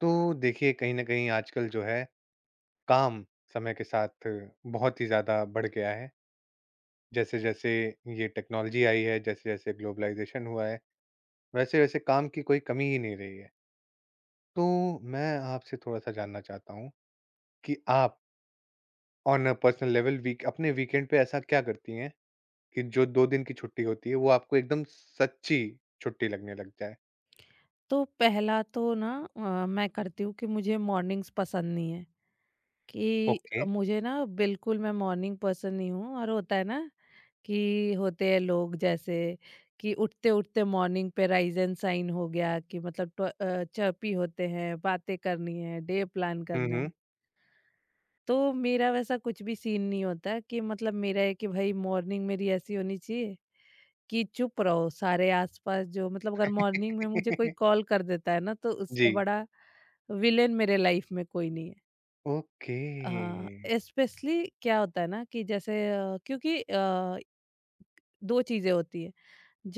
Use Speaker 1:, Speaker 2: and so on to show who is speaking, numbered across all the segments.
Speaker 1: तो देखिए कहीं ना कहीं आजकल जो है काम समय के साथ बहुत ही ज़्यादा बढ़ गया है। जैसे जैसे ये टेक्नोलॉजी आई है, जैसे जैसे ग्लोबलाइजेशन हुआ है, वैसे वैसे काम की कोई कमी ही नहीं रही है। तो मैं आपसे थोड़ा सा जानना चाहता हूँ कि आप on a personal level week अपने वीकेंड पे ऐसा क्या करती हैं कि जो दो दिन की छुट्टी होती है वो आपको एकदम सच्ची छुट्टी लगने लग जाए।
Speaker 2: तो पहला तो ना मैं करती हूँ कि मुझे मॉर्निंग्स पसंद नहीं है कि
Speaker 1: ओके।
Speaker 2: मुझे ना बिल्कुल मैं मॉर्निंग पर्सन नहीं हूँ। और होता है ना कि होते हैं लोग जैसे कि उठते उठते मॉर्निंग पे राइज एंड साइन हो गया कि मतलब चर्पी होते हैं, बातें करनी है, डे प्लान करना
Speaker 1: हम्म।
Speaker 2: है। तो मेरा वैसा कुछ भी सीन नहीं होता कि मतलब मेरा है कि भाई मॉर्निंग मेरी ऐसी होनी चाहिए कि चुप रहो सारे आसपास। जो मतलब अगर मॉर्निंग में मुझे कोई कॉल कर देता है ना, तो
Speaker 1: जी।
Speaker 2: उससे बड़ा विलेन मेरे लाइफ में कोई नहीं
Speaker 1: ओके।
Speaker 2: है। स्पेशली क्या होता है ना कि जैसे क्योंकि दो चीजें होती है।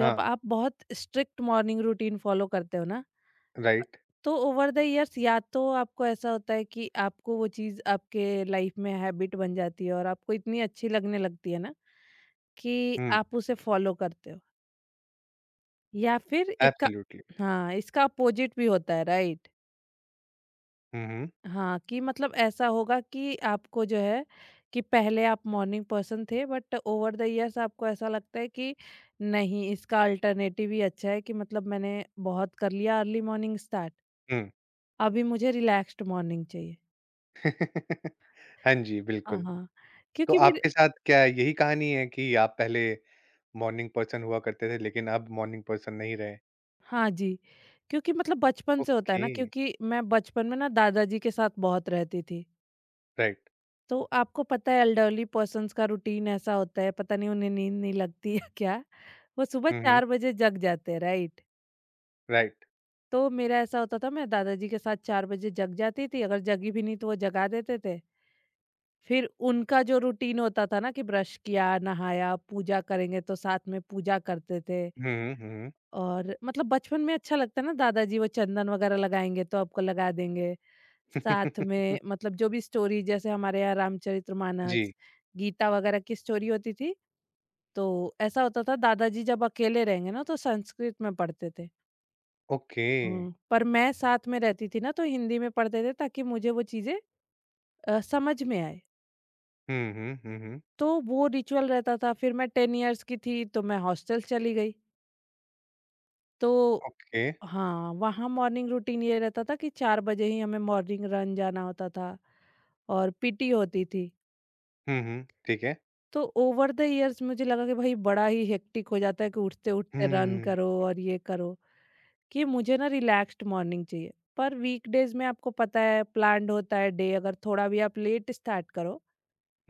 Speaker 2: जब
Speaker 1: हाँ।
Speaker 2: आप बहुत स्ट्रिक्ट मॉर्निंग रूटीन फॉलो करते हो ना,
Speaker 1: राइट।
Speaker 2: तो ओवर द इयर्स या तो आपको ऐसा होता है कि आपको वो चीज़ आपके लाइफ में हैबिट बन जाती है और आपको इतनी अच्छी लगने लगती है ना कि
Speaker 1: हम्म।
Speaker 2: आप उसे फॉलो करते हो, या फिर इसका
Speaker 1: एब्सोल्युटली।
Speaker 2: हाँ, इसका अपोजिट भी होता है, राइट?
Speaker 1: हुँ, हुँ।
Speaker 2: हाँ, कि मतलब ऐसा होगा कि आपको जो है कि पहले आप मॉर्निंग पर्सन थे बट ओवर द इयर्स आपको ऐसा लगता है कि नहीं, इसका अल्टरनेटिव ही अच्छा है कि मतलब मैंने बहुत कर लिया अर्ली मॉर्निंग स्टार्ट,
Speaker 1: हुँ।
Speaker 2: अभी मुझे रिलैक्स्ड मॉर्निंग चाहिए।
Speaker 1: हाँ जी,
Speaker 2: हाँ,
Speaker 1: बिल्कुल।
Speaker 2: हाँ,
Speaker 1: तो
Speaker 2: क्योंकि मेरे
Speaker 1: आपके साथ क्या यही कहानी है कि आप पहले मॉर्निंग पर्सन हुआ करते थे लेकिन अब मॉर्निंग पर्सन नहीं रहे?
Speaker 2: हाँ जी, क्योंकि मतलब बचपन से होता है
Speaker 1: ओके,
Speaker 2: ना, क्योंकि मैं बचपन में ना दादाजी के साथ बहुत रहती थी।
Speaker 1: राइट।
Speaker 2: तो आपको पता है एल्डरली पर्सन्स का रूटीन ऐसा होता है, पता नहीं उन्हें नींद नहीं लगती है क्या। वो सुबह
Speaker 1: हुँ, हुँ,
Speaker 2: 4 बजे जग जाते हैं, राइट।
Speaker 1: राइट।
Speaker 2: तो मेरा ऐसा होता था मैं दादाजी के साथ 4 बजे जग जाती थी, अगर जगी भी नहीं तो वो जगा देते थे। फिर उनका जो रूटीन होता था ना कि ब्रश किया, नहाया, पूजा करेंगे, तो साथ में पूजा करते थे।
Speaker 1: हुँ, हुँ, हुँ, हुँ।
Speaker 2: और मतलब बचपन में अच्छा लगता है ना, दादाजी वो चंदन वगैरह लगाएंगे तो आपको लगा देंगे। साथ में मतलब जो भी स्टोरी जैसे हमारे यहाँ
Speaker 1: जी।
Speaker 2: रामचरितमानस, गीता वगैरह की स्टोरी होती थी, तो ऐसा होता था दादाजी जब अकेले रहेंगे ना तो संस्कृत में पढ़ते थे।
Speaker 1: ओके।
Speaker 2: पर मैं साथ में रहती थी ना तो हिंदी में पढ़ते थे, ताकि मुझे वो चीजें समझ में आए।
Speaker 1: हुँ, हुँ, हुँ, हुँ।
Speaker 2: तो वो रिचुअल रहता था। फिर मैं 10 इयर्स की थी तो मैं हॉस्टल चली गई। तो
Speaker 1: ओके।
Speaker 2: हाँ, वहाँ मॉर्निंग रूटीन ये रहता था कि 4 बजे ही हमें मॉर्निंग रन जाना होता था और पीटी होती थी।
Speaker 1: हुँ, हुँ, ठीक है।
Speaker 2: तो ओवर द इयर्स मुझे लगा कि भाई बड़ा ही हेक्टिक हो जाता है, कि उठते उठते रन
Speaker 1: हुँ,
Speaker 2: करो और ये करो, कि मुझे ना रिलैक्स्ड मॉर्निंग चाहिए। पर वीकडेज में आपको पता है प्लान्ड होता है डे, अगर थोड़ा भी आप लेट स्टार्ट करो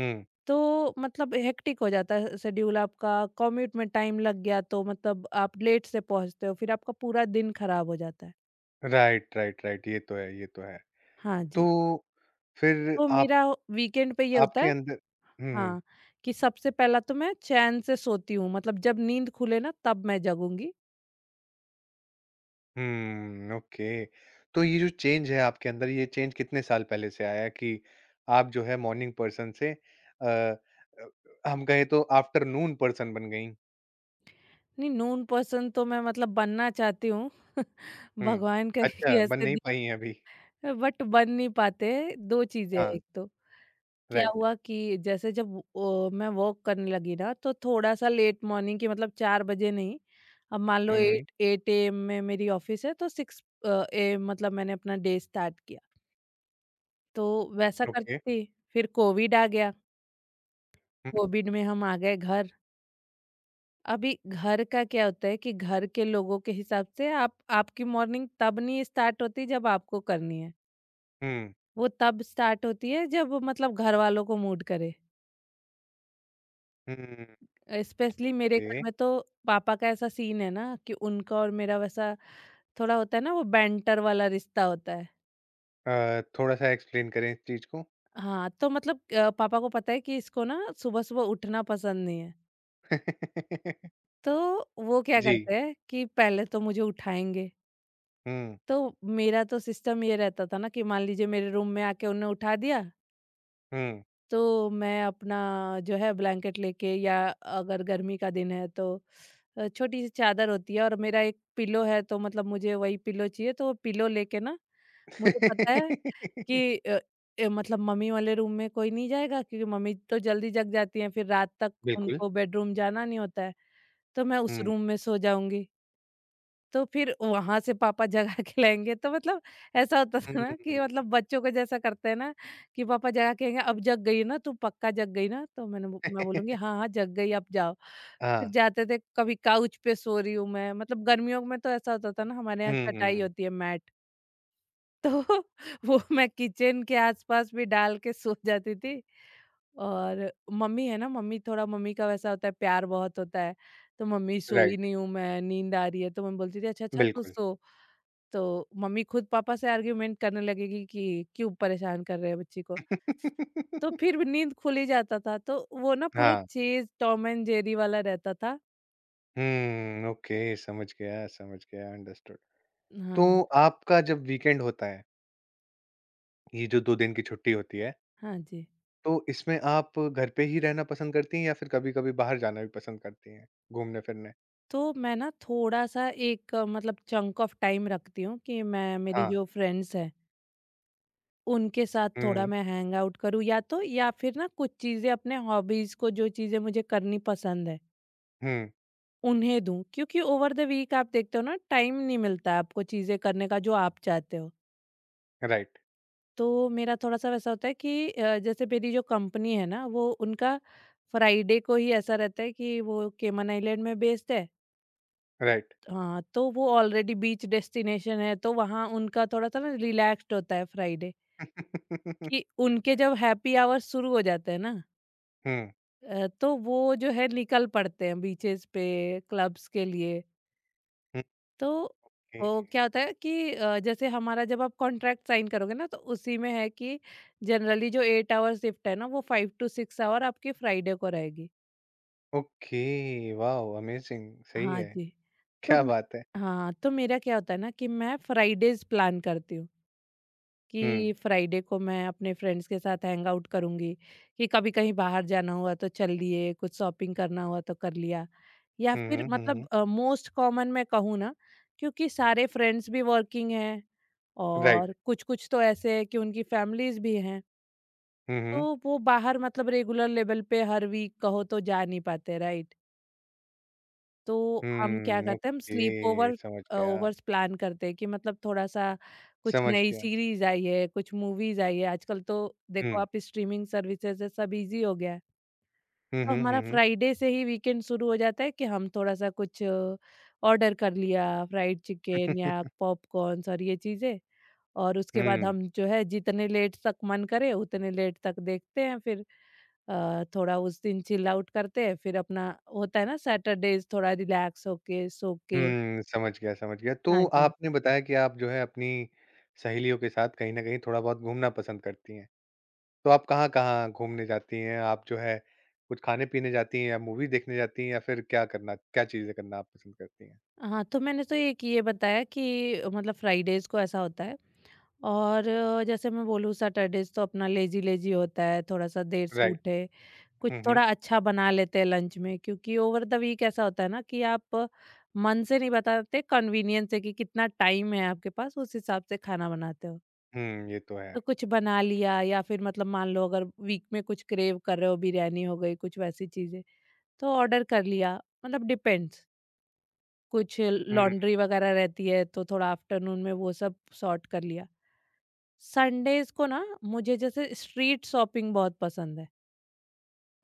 Speaker 1: हुँ।
Speaker 2: तो मतलब हेक्टिक हो जाता है शेड्यूल आपका। कॉम्यूट में टाइम लग गया तो मतलब आप लेट से पहुंचते हो, फिर आपका पूरा दिन खराब हो जाता है।
Speaker 1: Right, right, right. ये तो है, ये तो है।
Speaker 2: हाँ जी।
Speaker 1: तो फिर
Speaker 2: तो
Speaker 1: आप
Speaker 2: मेरा वीकेंड पे ये होता
Speaker 1: आपके
Speaker 2: है,
Speaker 1: अंदर। हुँ।
Speaker 2: हाँ, कि सबसे पहला तो मैं चैन से सोती हूँ, मतलब जब नींद खुले ना तब मैं जगूंगी।
Speaker 1: हुँ, ओके। तो ये जो चेंज है आपके अंदर, ये चेंज कितने साल पहले से आया कि आप जो है मॉर्निंग पर्सन से हम कहें तो आफ्टरनून पर्सन बन गईं?
Speaker 2: नहीं, नून पर्सन तो मैं मतलब बनना चाहती हूँ।
Speaker 1: हुँ।
Speaker 2: भगवान करे कि
Speaker 1: अच्छा, बन
Speaker 2: ऐसे,
Speaker 1: नहीं पाई हैं अभी।
Speaker 2: बट बन नहीं पाते। दो चीजें हैं,
Speaker 1: हाँ,
Speaker 2: एक तो क्या
Speaker 1: राइट।
Speaker 2: हुआ कि जैसे जब मैं वॉक करने लगी ना, तो थोड़ा सा लेट मॉर्निंग की, मतलब 4 बजे नहीं। अब मान लो
Speaker 1: हुँ, हुँ,
Speaker 2: एट एट ए एम में मेरी ऑफिस है तो 6 ए एम मतलब मैंने अपना डे स्टार्ट किया। तो वैसा
Speaker 1: ओके।
Speaker 2: करती थी, फिर कोविड आ गया।
Speaker 1: हुँ,
Speaker 2: कोविड में हम आ गए घर। अभी घर का क्या होता है कि घर के लोगों के हिसाब से आप, आपकी मॉर्निंग तब नहीं स्टार्ट होती जब आपको करनी है।
Speaker 1: हुँ,
Speaker 2: वो तब स्टार्ट होती है जब मतलब घर वालों को मूड करे।
Speaker 1: हुँ,
Speaker 2: स्पेशली मेरे
Speaker 1: ओके।
Speaker 2: घर में तो पापा का ऐसा सीन है ना कि उनका और मेरा वैसा थोड़ा होता है ना, वो बैंटर वाला रिश्ता होता है।
Speaker 1: थोड़ा-सा एक्सप्लेन करें इस चीज़ को?
Speaker 2: हाँ, तो मतलब पापा को पता है कि इसको ना सुबह सुबह उठना पसंद नहीं है। तो वो क्या
Speaker 1: जी।
Speaker 2: करते हैं कि पहले तो मुझे उठाएंगे।
Speaker 1: हुँ,
Speaker 2: तो मेरा तो सिस्टम ये रहता था ना कि मान लीजिए मेरे रूम में आके उन्हें उठा दिया,
Speaker 1: हुँ।
Speaker 2: तो मैं अपना जो है ब्लैंकेट लेके या अगर गर्मी का दिन है तो छोटी सी चादर होती है, और मेरा एक पिलो है तो मतलब मुझे वही पिलो चाहिए, तो वो पिलो लेके ना मुझे पता है कि मतलब मम्मी वाले रूम में कोई नहीं जाएगा, क्योंकि मम्मी तो जल्दी जग जाती हैं, फिर रात तक
Speaker 1: बिल्कुल।
Speaker 2: उनको बेडरूम जाना नहीं होता है। तो मैं उस
Speaker 1: हुँ,
Speaker 2: रूम में सो जाऊंगी। तो फिर वहाँ से पापा जगा के लाएँगे, तो मतलब ऐसा होता था ना कि
Speaker 1: हुँ।
Speaker 2: मतलब बच्चों को जैसा करते हैं ना, कि पापा जगा के कहेंगे, "अब जग गई ना तू? पक्का जग गई ना?" तो मैं बोलूँगी, "हाँ, हाँ, जग गई, अब जाओ।" फिर
Speaker 1: हाँ।
Speaker 2: जाते थे, कभी काउच पे सो रही हूँ मैं, मतलब गर्मियों में तो ऐसा होता था ना, हमारे यहाँ
Speaker 1: हुँ, हुँ,
Speaker 2: चटाई
Speaker 1: हुँ।
Speaker 2: होती है, मैट। तो वो मैं किचन के आसपास भी डाल के सो जाती थी। और मम्मी है ना, मम्मी थोड़ा मम्मी का वैसा होता है, प्यार बहुत होता है। तो मम्मी सोई
Speaker 1: राइट,
Speaker 2: नहीं हूँ मैं, नींद आ रही है, तो मैं बोलती थी अच्छा अच्छा तू
Speaker 1: बिल्कुल।
Speaker 2: सो। तो मम्मी खुद पापा से आर्ग्यूमेंट करने लगेगी कि क्यों परेशान कर रहे हैं बच्ची को। तो फिर भी नींद खुल ही जाता था, तो वो ना पूरा
Speaker 1: हाँ।
Speaker 2: चेज टॉम एंड जेरी वाला रहता था।
Speaker 1: हुँ, ओके समझ गया, अंडरस्टूड। तो
Speaker 2: हाँ।
Speaker 1: आपका जब वीकेंड होता है, ये जो 2 दिन की छुट्टी होती है,
Speaker 2: हाँ जी।
Speaker 1: तो इसमें आप घर पे ही रहना पसंद करती हैं या फिर कभी-कभी बाहर जाना भी पसंद करती हैं, घूमने-फिरने?
Speaker 2: तो मैं ना थोड़ा सा एक मतलब चंक ऑफ टाइम रखती हूँ कि मैं, मेरी
Speaker 1: हाँ,
Speaker 2: जो फ्रेंड्स हैं उनके साथ थोड़ा
Speaker 1: हुँ,
Speaker 2: मैं हैंग आउट करूँ, या तो या फिर ना कुछ चीज़ें अपने हॉबीज़ को, जो चीज़ें मुझे करनी पसंद है,
Speaker 1: हुँ,
Speaker 2: उन्हें दूँ। क्योंकि ओवर द वीक आप देखते हो ना टाइम नहीं मिलता है आपको चीज़ें करने का जो आप चाहते हो।
Speaker 1: राइट,
Speaker 2: तो मेरा थोड़ा-सा वैसा होता है कि जैसे मेरी जो कंपनी है ना, वो उनका फ्राइडे को ही ऐसा रहता है कि वो केमन आइलैंड में बेस्ड है।
Speaker 1: राइट।
Speaker 2: हाँ, तो वो ऑलरेडी बीच डेस्टिनेशन है, तो वहाँ उनका थोड़ा-सा ना रिलैक्स्ड होता है फ्राइडे। कि उनके जब हैप्पी आवर्स शुरू हो जाते हैं ना,
Speaker 1: हुँ,
Speaker 2: तो वो जो है निकल पड़ते हैं बीचेस पे, क्लब्स के लिए। तो
Speaker 1: ओके,
Speaker 2: वो क्या होता है कि जैसे हमारा जब आप कॉन्ट्रैक्ट साइन करोगे ना तो उसी में है कि जनरली जो 8 आवर शिफ्ट है ना वो 5 टू 6 आवर आपकी फ्राइडे को रहेगी।
Speaker 1: Okay, wow amazing! सही
Speaker 2: हाँ
Speaker 1: है,
Speaker 2: जी। तो
Speaker 1: क्या
Speaker 2: म
Speaker 1: बात है।
Speaker 2: हाँ, तो मेरा क्या होता है ना कि मैं फ्राइडेज़ प्लान करती हूँ।
Speaker 1: हुँ,
Speaker 2: कि फ्राइडे को मैं अपने फ्रेंड्स के साथ हैंग आउट करूंगी, कि कभी कहीं बाहर जाना हुआ तो चल लिए, कुछ शॉपिंग करना हुआ तो कर लिया, या
Speaker 1: हुँ,
Speaker 2: फिर
Speaker 1: हुँ, हुँ, हुँ,
Speaker 2: मतलब मोस्ट कॉमन मैं कहूँ ना, क्योंकि सारे फ्रेंड्स भी वर्किंग हैं,
Speaker 1: राइट,
Speaker 2: और कुछ कुछ तो ऐसे हैं कि उनकी फैमिलीज भी हैं,
Speaker 1: हुँ,
Speaker 2: तो
Speaker 1: हुँ,
Speaker 2: वो बाहर मतलब रेगुलर लेवल पे हर वीक कहो तो जा नहीं पाते, राइट। तो हम क्या
Speaker 1: हुँ,
Speaker 2: करते हैं, हम स्लीप
Speaker 1: ओके,
Speaker 2: ओवर
Speaker 1: समझ गया,
Speaker 2: ओवर्स प्लान करते हैं, कि मतलब थोड़ा-सा कुछ
Speaker 1: समझ
Speaker 2: नई
Speaker 1: गया।
Speaker 2: सीरीज़ आई है, कुछ मूवीज़ आई है, आजकल तो देखो
Speaker 1: हुँ।
Speaker 2: आप स्ट्रीमिंग सर्विसेज़ है सब ईज़ी हो गया है।
Speaker 1: हुँ,
Speaker 2: तो
Speaker 1: हुँ, हुँ,
Speaker 2: हमारा
Speaker 1: हुँ।
Speaker 2: फ्राइडे से ही वीकेंड शुरू हो जाता है, कि हम थोड़ा-सा कुछ ऑर्डर कर लिया, फ्राइड चिकन या पॉपकॉर्न्स और ये चीज़ें, और उसके बाद
Speaker 1: हुँ।
Speaker 2: हम जो है जितने लेट तक मन करे उतने लेट तक देखते हैं फिर। थोड़ा उस दिन चिल आउट करते हैं, फिर अपना होता है ना सैटरडेज थोड़ा रिलैक्स होके सो के।
Speaker 1: हुँ, समझ गया, समझ गया। तो
Speaker 2: हाँ जी।
Speaker 1: आपने बताया कि आप जो है अपनी सहेलियों के साथ कहीं न कहीं थोड़ा-बहुत घूमना पसंद करती हैं। तो आप कहाँ-कहाँ घूमने जाती हैं? आप जो है कुछ खाने-पीने जाती हैं या मूवी देखने जाती हैं या फिर क्या करना क्या चीज़ें करना आप पसंद करती हैं?
Speaker 2: हाँ, तो मैंने तो एक ये बताया कि मतलब फ्राइडेज को ऐसा होता है। और जैसे मैं बोलूँ सैटरडेज तो अपना लेजी लेजी होता है, थोड़ा सा देर से
Speaker 1: राइट।
Speaker 2: उठे, कुछ
Speaker 1: हुँ, हुँ।
Speaker 2: थोड़ा अच्छा बना लेते हैं लंच में क्योंकि ओवर द वीक ऐसा होता है ना कि आप मन से नहीं बताते, कन्वीनियंस है कि कितना टाइम है आपके पास उस हिसाब से खाना बनाते हो।
Speaker 1: हुँ, ये तो है।
Speaker 2: तो कुछ बना लिया, या फिर मतलब मान लो अगर वीक में कुछ क्रेव कर रहे हो बिरयानी हो गई कुछ वैसी चीजें, तो ऑर्डर कर लिया। मतलब डिपेंड्स। कुछ
Speaker 1: हुँ,
Speaker 2: लॉन्ड्री वगैरह रहती है तो थोड़ा आफ्टरनून में वो सब सॉर्ट कर लिया। संडेज को ना मुझे जैसे स्ट्रीट शॉपिंग बहुत पसंद है।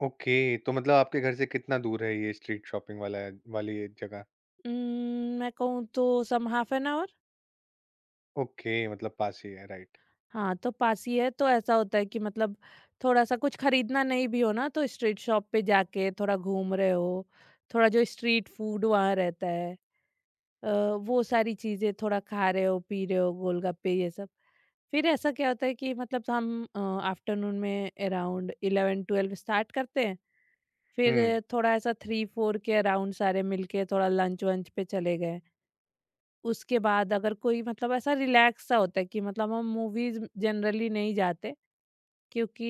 Speaker 1: ओके। तो मतलब आपके घर से कितना दूर है ये स्ट्रीट शॉपिंग वाला वाली ये जगह?
Speaker 2: मैं कहूँ तो some half an hour.
Speaker 1: Okay, मतलब पास ही है, राइट।
Speaker 2: हाँ, तो पास ही है, तो ऐसा होता है कि मतलब थोड़ा सा कुछ खरीदना नहीं भी हो ना तो स्ट्रीट शॉप पे जाके थोड़ा घूम रहे हो, थोड़ा जो स्ट्रीट फूड वहाँ रहता है अ, वो सारी चीज़ें थोड़ा खा रहे हो, पी रहे हो, गोलगप्पे ये सब। फिर ऐसा क्या होता है कि मतलब हम आफ्टरनून में अराउंड 11-12 स्टार्ट करते हैं,
Speaker 1: हुँ।
Speaker 2: फिर थोड़ा ऐसा 3-4 के अराउंड सारे मिलके थोड़ा लंच-वंच पे चले गए। उसके बाद अगर कोई मतलब ऐसा रिलैक्स सा होता है कि मतलब हम मूवीज़ जनरली नहीं जाते, क्योंकि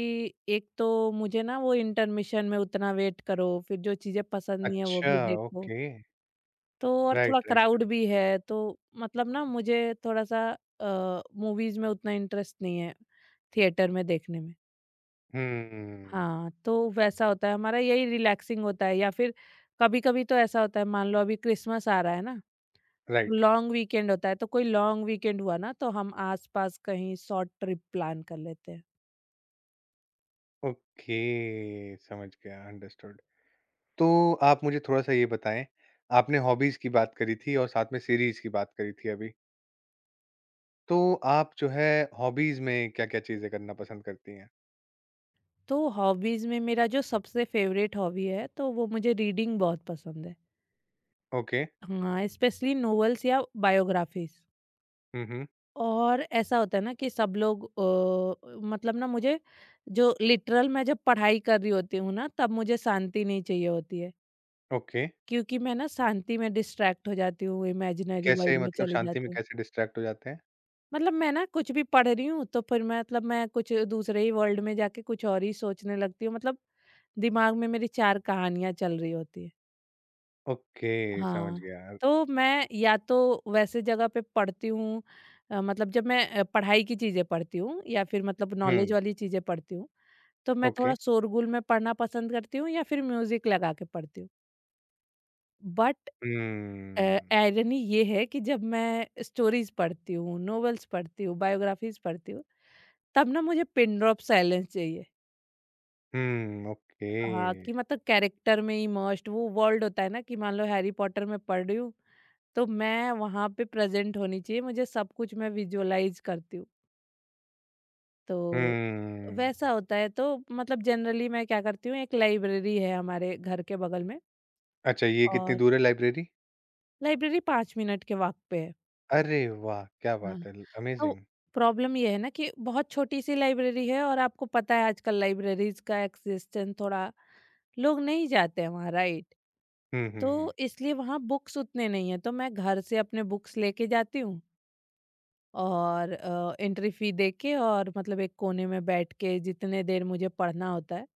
Speaker 2: एक तो मुझे ना वो इंटरमिशन में उतना वेट करो, फिर जो चीज़ें पसंद नहीं है वो
Speaker 1: अच्छा,
Speaker 2: भी देखो।
Speaker 1: ओके।
Speaker 2: तो और
Speaker 1: राइट,
Speaker 2: थोड़ा क्राउड
Speaker 1: राइट।
Speaker 2: भी है, तो मतलब ना मुझे थोड़ा सा मूवीज में उतना इंटरेस्ट नहीं है, थिएटर में देखने में।
Speaker 1: हम्म,
Speaker 2: हाँ, तो वैसा होता है, हमारा यही रिलैक्सिंग होता है। या फिर कभी कभी तो ऐसा होता है, मान लो अभी क्रिसमस आ रहा है ना,
Speaker 1: राइट,
Speaker 2: लॉन्ग वीकेंड होता है, तो कोई लॉन्ग वीकेंड हुआ ना तो हम आसपास कहीं शॉर्ट ट्रिप प्लान कर लेते हैं।
Speaker 1: ओके, समझ गया, अंडरस्टूड। तो आप मुझे थोड़ा-सा ये बताएँ, आपने हॉबीज़ की बात करी थी और साथ में सीरीज़ की बात करी थी अभी, तो आप जो है हॉबीज़ में क्या-क्या चीज़ें करना पसंद करती हैं?
Speaker 2: तो हॉबीज में मेरा जो सबसे फेवरेट हॉबी है, तो वो मुझे रीडिंग बहुत पसंद है।
Speaker 1: ओके,
Speaker 2: हाँ, स्पेशली नोवेल्स या बायोग्राफीज।
Speaker 1: हुँ, हुँ,
Speaker 2: और ऐसा होता है ना, कि सब लोग मतलब ना मुझे, जो लिटरल मैं जब पढ़ाई कर रही होती हूँ ना, तब मुझे शांति नहीं चाहिए होती है।
Speaker 1: ओके,
Speaker 2: क्योंकि मैं ना शांति में डिस्ट्रैक्ट हो जाती हूँ, इमेजिनरी
Speaker 1: कैसे
Speaker 2: वर्ल्ड में
Speaker 1: मतलब
Speaker 2: चली
Speaker 1: शांति में
Speaker 2: जाती हूँ।
Speaker 1: कैसे डिस्ट्रैक्ट हो जाते हैं?
Speaker 2: मतलब मैं ना कुछ भी पढ़ रही हूँ, तो फिर मैं कुछ दूसरे ही वर्ल्ड में जाके कुछ और ही सोचने लगती हूँ, मतलब दिमाग में मेरी चार कहानियां चल रही होती है।
Speaker 1: ओके, समझ
Speaker 2: हाँ।
Speaker 1: गया,
Speaker 2: तो मैं या तो वैसे जगह पे पढ़ती हूँ। मतलब जब मैं पढ़ाई की चीज़ें पढ़ती हूँ या फिर मतलब नॉलेज
Speaker 1: हुँ,
Speaker 2: वाली चीज़ें पढ़ती हूँ, तो मैं थोड़ा
Speaker 1: ओके,
Speaker 2: शोरगुल में पढ़ना पसंद करती हूँ या फिर म्यूज़िक लगा के पढ़ती हूँ। बट अ,
Speaker 1: हुँ,
Speaker 2: आइरनी ये है कि जब मैं स्टोरीज़ पढ़ती हूँ, नोवेल्स पढ़ती हूँ, बायोग्राफ़ीज़ पढ़ती हूँ, तब ना मुझे पिन ड्रॉप साइलेंस चाहिए।
Speaker 1: हुँ, ओके,
Speaker 2: हाँ, कि मतलब कैरेक्टर में इमर्स्ड वो वर्ल्ड होता है ना, कि मान लो हैरी पॉटर में पढ़ रही हूँ, तो मैं वहाँ पे प्रेजेंट होनी चाहिए, मुझे सब कुछ मैं विजुअलाइज करती हूँ। तो
Speaker 1: हुँ,
Speaker 2: वैसा होता है, तो मतलब जनरली मैं क्या करती हूँ, एक लाइब्रेरी है हमारे घर के बगल में
Speaker 1: अच्छा ये कितनी
Speaker 2: और
Speaker 1: दूर है लाइब्रेरी?
Speaker 2: लाइब्रेरी 5 मिनट के वक्त पे है।
Speaker 1: अरे वाह! क्या
Speaker 2: हाँ,
Speaker 1: बात है,
Speaker 2: तो
Speaker 1: अमेज़िंग।
Speaker 2: प्रॉब्लम ये है ना कि बहुत छोटी सी लाइब्रेरी है, और आपको पता है आजकल लाइब्रेरीज का एक्सिस्टेंस थोड़ा, लोग नहीं जाते हैं वहाँ, राइट।
Speaker 1: हुँ, हुँ, हुँ।
Speaker 2: तो इसलिए वहाँ बुक्स उतने नहीं है, तो मैं घर से अपने बुक्स लेके जाती हूँ और एंट्री फ़ी दे के और मतलब एक कोने में बैठ के जितने देर मुझे पढ़ना होता है,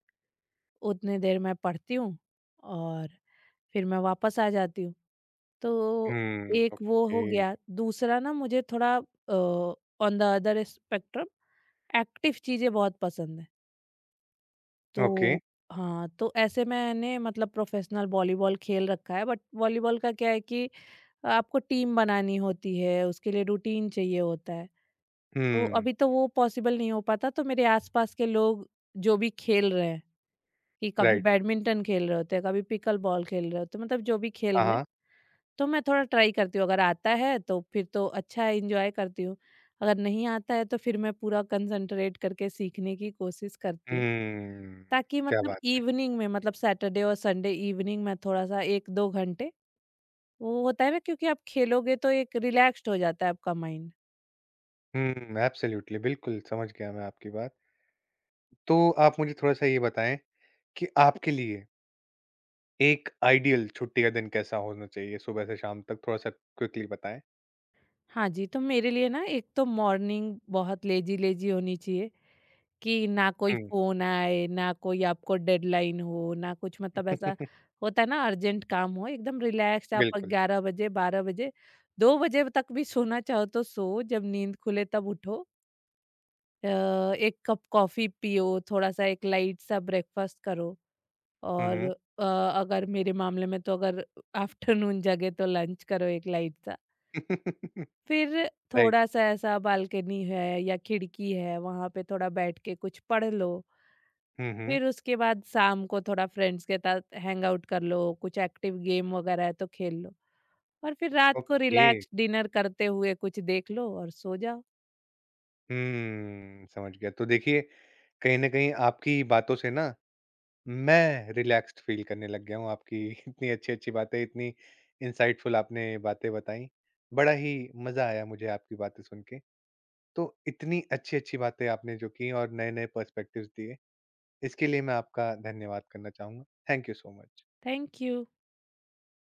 Speaker 2: उतने देर मैं पढ़ती हूँ और फिर मैं वापस आ जाती हूँ। तो
Speaker 1: हुँ,
Speaker 2: एक वो हो
Speaker 1: ओके,
Speaker 2: गया, दूसरा ना मुझे थोड़ा, on the other spectrum active चीज़ें बहुत पसंद है।
Speaker 1: ओके।
Speaker 2: तो हाँ, तो ऐसे मैंने मतलब प्रोफ़ेशनल वॉलीबॉल खेल रखा है, बट वॉलीबॉल का क्या है कि आपको टीम बनानी होती है, उसके लिए रूटीन चाहिए होता है। तो
Speaker 1: हुँ,
Speaker 2: अभी तो वो पॉसिबल नहीं हो पाता, तो मेरे आसपास के लोग जो भी खेल रहे हैं, कि कभी
Speaker 1: राइट।
Speaker 2: बैडमिंटन खेल रहे होते हैं, कभी पिकल बॉल खेल रहे होते हैं, मतलब जो भी खेल
Speaker 1: हाँ,
Speaker 2: रहे हैं,
Speaker 1: हाँ।
Speaker 2: तो मैं थोड़ा ट्राई करती हूँ। अगर आता है तो फिर तो अच्छा है, इंजॉय करती हूँ। अगर नहीं आता है, तो फिर मैं पूरा कंसंट्रेट करके सीखने की कोशिश करती हूँ,
Speaker 1: हुँ,
Speaker 2: ताकि
Speaker 1: क्या
Speaker 2: मतलब
Speaker 1: बात है।
Speaker 2: इवनिंग में, मतलब सैटरडे और संडे इवनिंग में थोड़ा सा एक दो घंटे वो होता है ना, क्योंकि आप खेलोगे तो एक रिलैक्स्ड हो जाता है आपका माइंड।
Speaker 1: हुँ, एब्सोल्यूटली, बिल्कुल समझ गया मैं आपकी बात। तो आप मुझे थोड़ा-सा ये बताएँ कि आपके लिए एक आइडियल छुट्टी का दिन कैसा होना चाहिए सुबह से शाम तक? थोड़ा-सा क्विकली बताएँ।
Speaker 2: हाँ जी, तो मेरे लिए ना एक तो मॉर्निंग बहुत लेज़ी-लेज़ी होनी चाहिए, कि ना कोई
Speaker 1: हुँ।
Speaker 2: फ़ोन आए, ना कोई आपको डेडलाइन हो, ना कुछ, मतलब ऐसा होता है ना अर्जेंट काम हो। एकदम रिलैक्स, आप
Speaker 1: बिल्कुल।
Speaker 2: 11 बजे, 12 बजे, 2 बजे तक भी सोना चाहो तो सो, जब नींद खुले तब उठो। अ, 1 कप कॉफ़ी पियो, थोड़ा-सा एक लाइट सा ब्रेकफ़ास्ट करो
Speaker 1: हुँ,
Speaker 2: और
Speaker 1: हुँ।
Speaker 2: अगर मेरे मामले में, तो अगर आफ्टरनून जगे तो लंच करो एक लाइट सा। फिर
Speaker 1: राइट।
Speaker 2: थोड़ा सा ऐसा, बालकनी है या खिड़की है, वहां पे थोड़ा बैठ के कुछ पढ़ लो।
Speaker 1: हुँ, हुँ।
Speaker 2: फिर उसके बाद शाम को थोड़ा फ्रेंड्स के साथ हैंग आउट कर लो, कुछ एक्टिव गेम वगैरह है तो खेल लो और फिर रात को
Speaker 1: ओके।
Speaker 2: रिलैक्स डिनर करते हुए कुछ देख लो और सो जाओ।
Speaker 1: हुँ, समझ गया। तो देखिए, कहीं न कहीं आपकी बातों से ना मैं रिलैक्स्ड फ़ील करने लग गया हूँ आपकी। इतनी अच्छी-अच्छी बातें, इतनी इनसाइटफुल आपने बातें बताई। बड़ा ही मज़ा आया मुझे आपकी बातें सुन के। तो इतनी अच्छी-अच्छी बातें आपने जो की और नए-नए पर्सपेक्टिव्स दिए, इसके लिए मैं आपका धन्यवाद करना चाहूँगा। Thank you so much.
Speaker 2: Thank you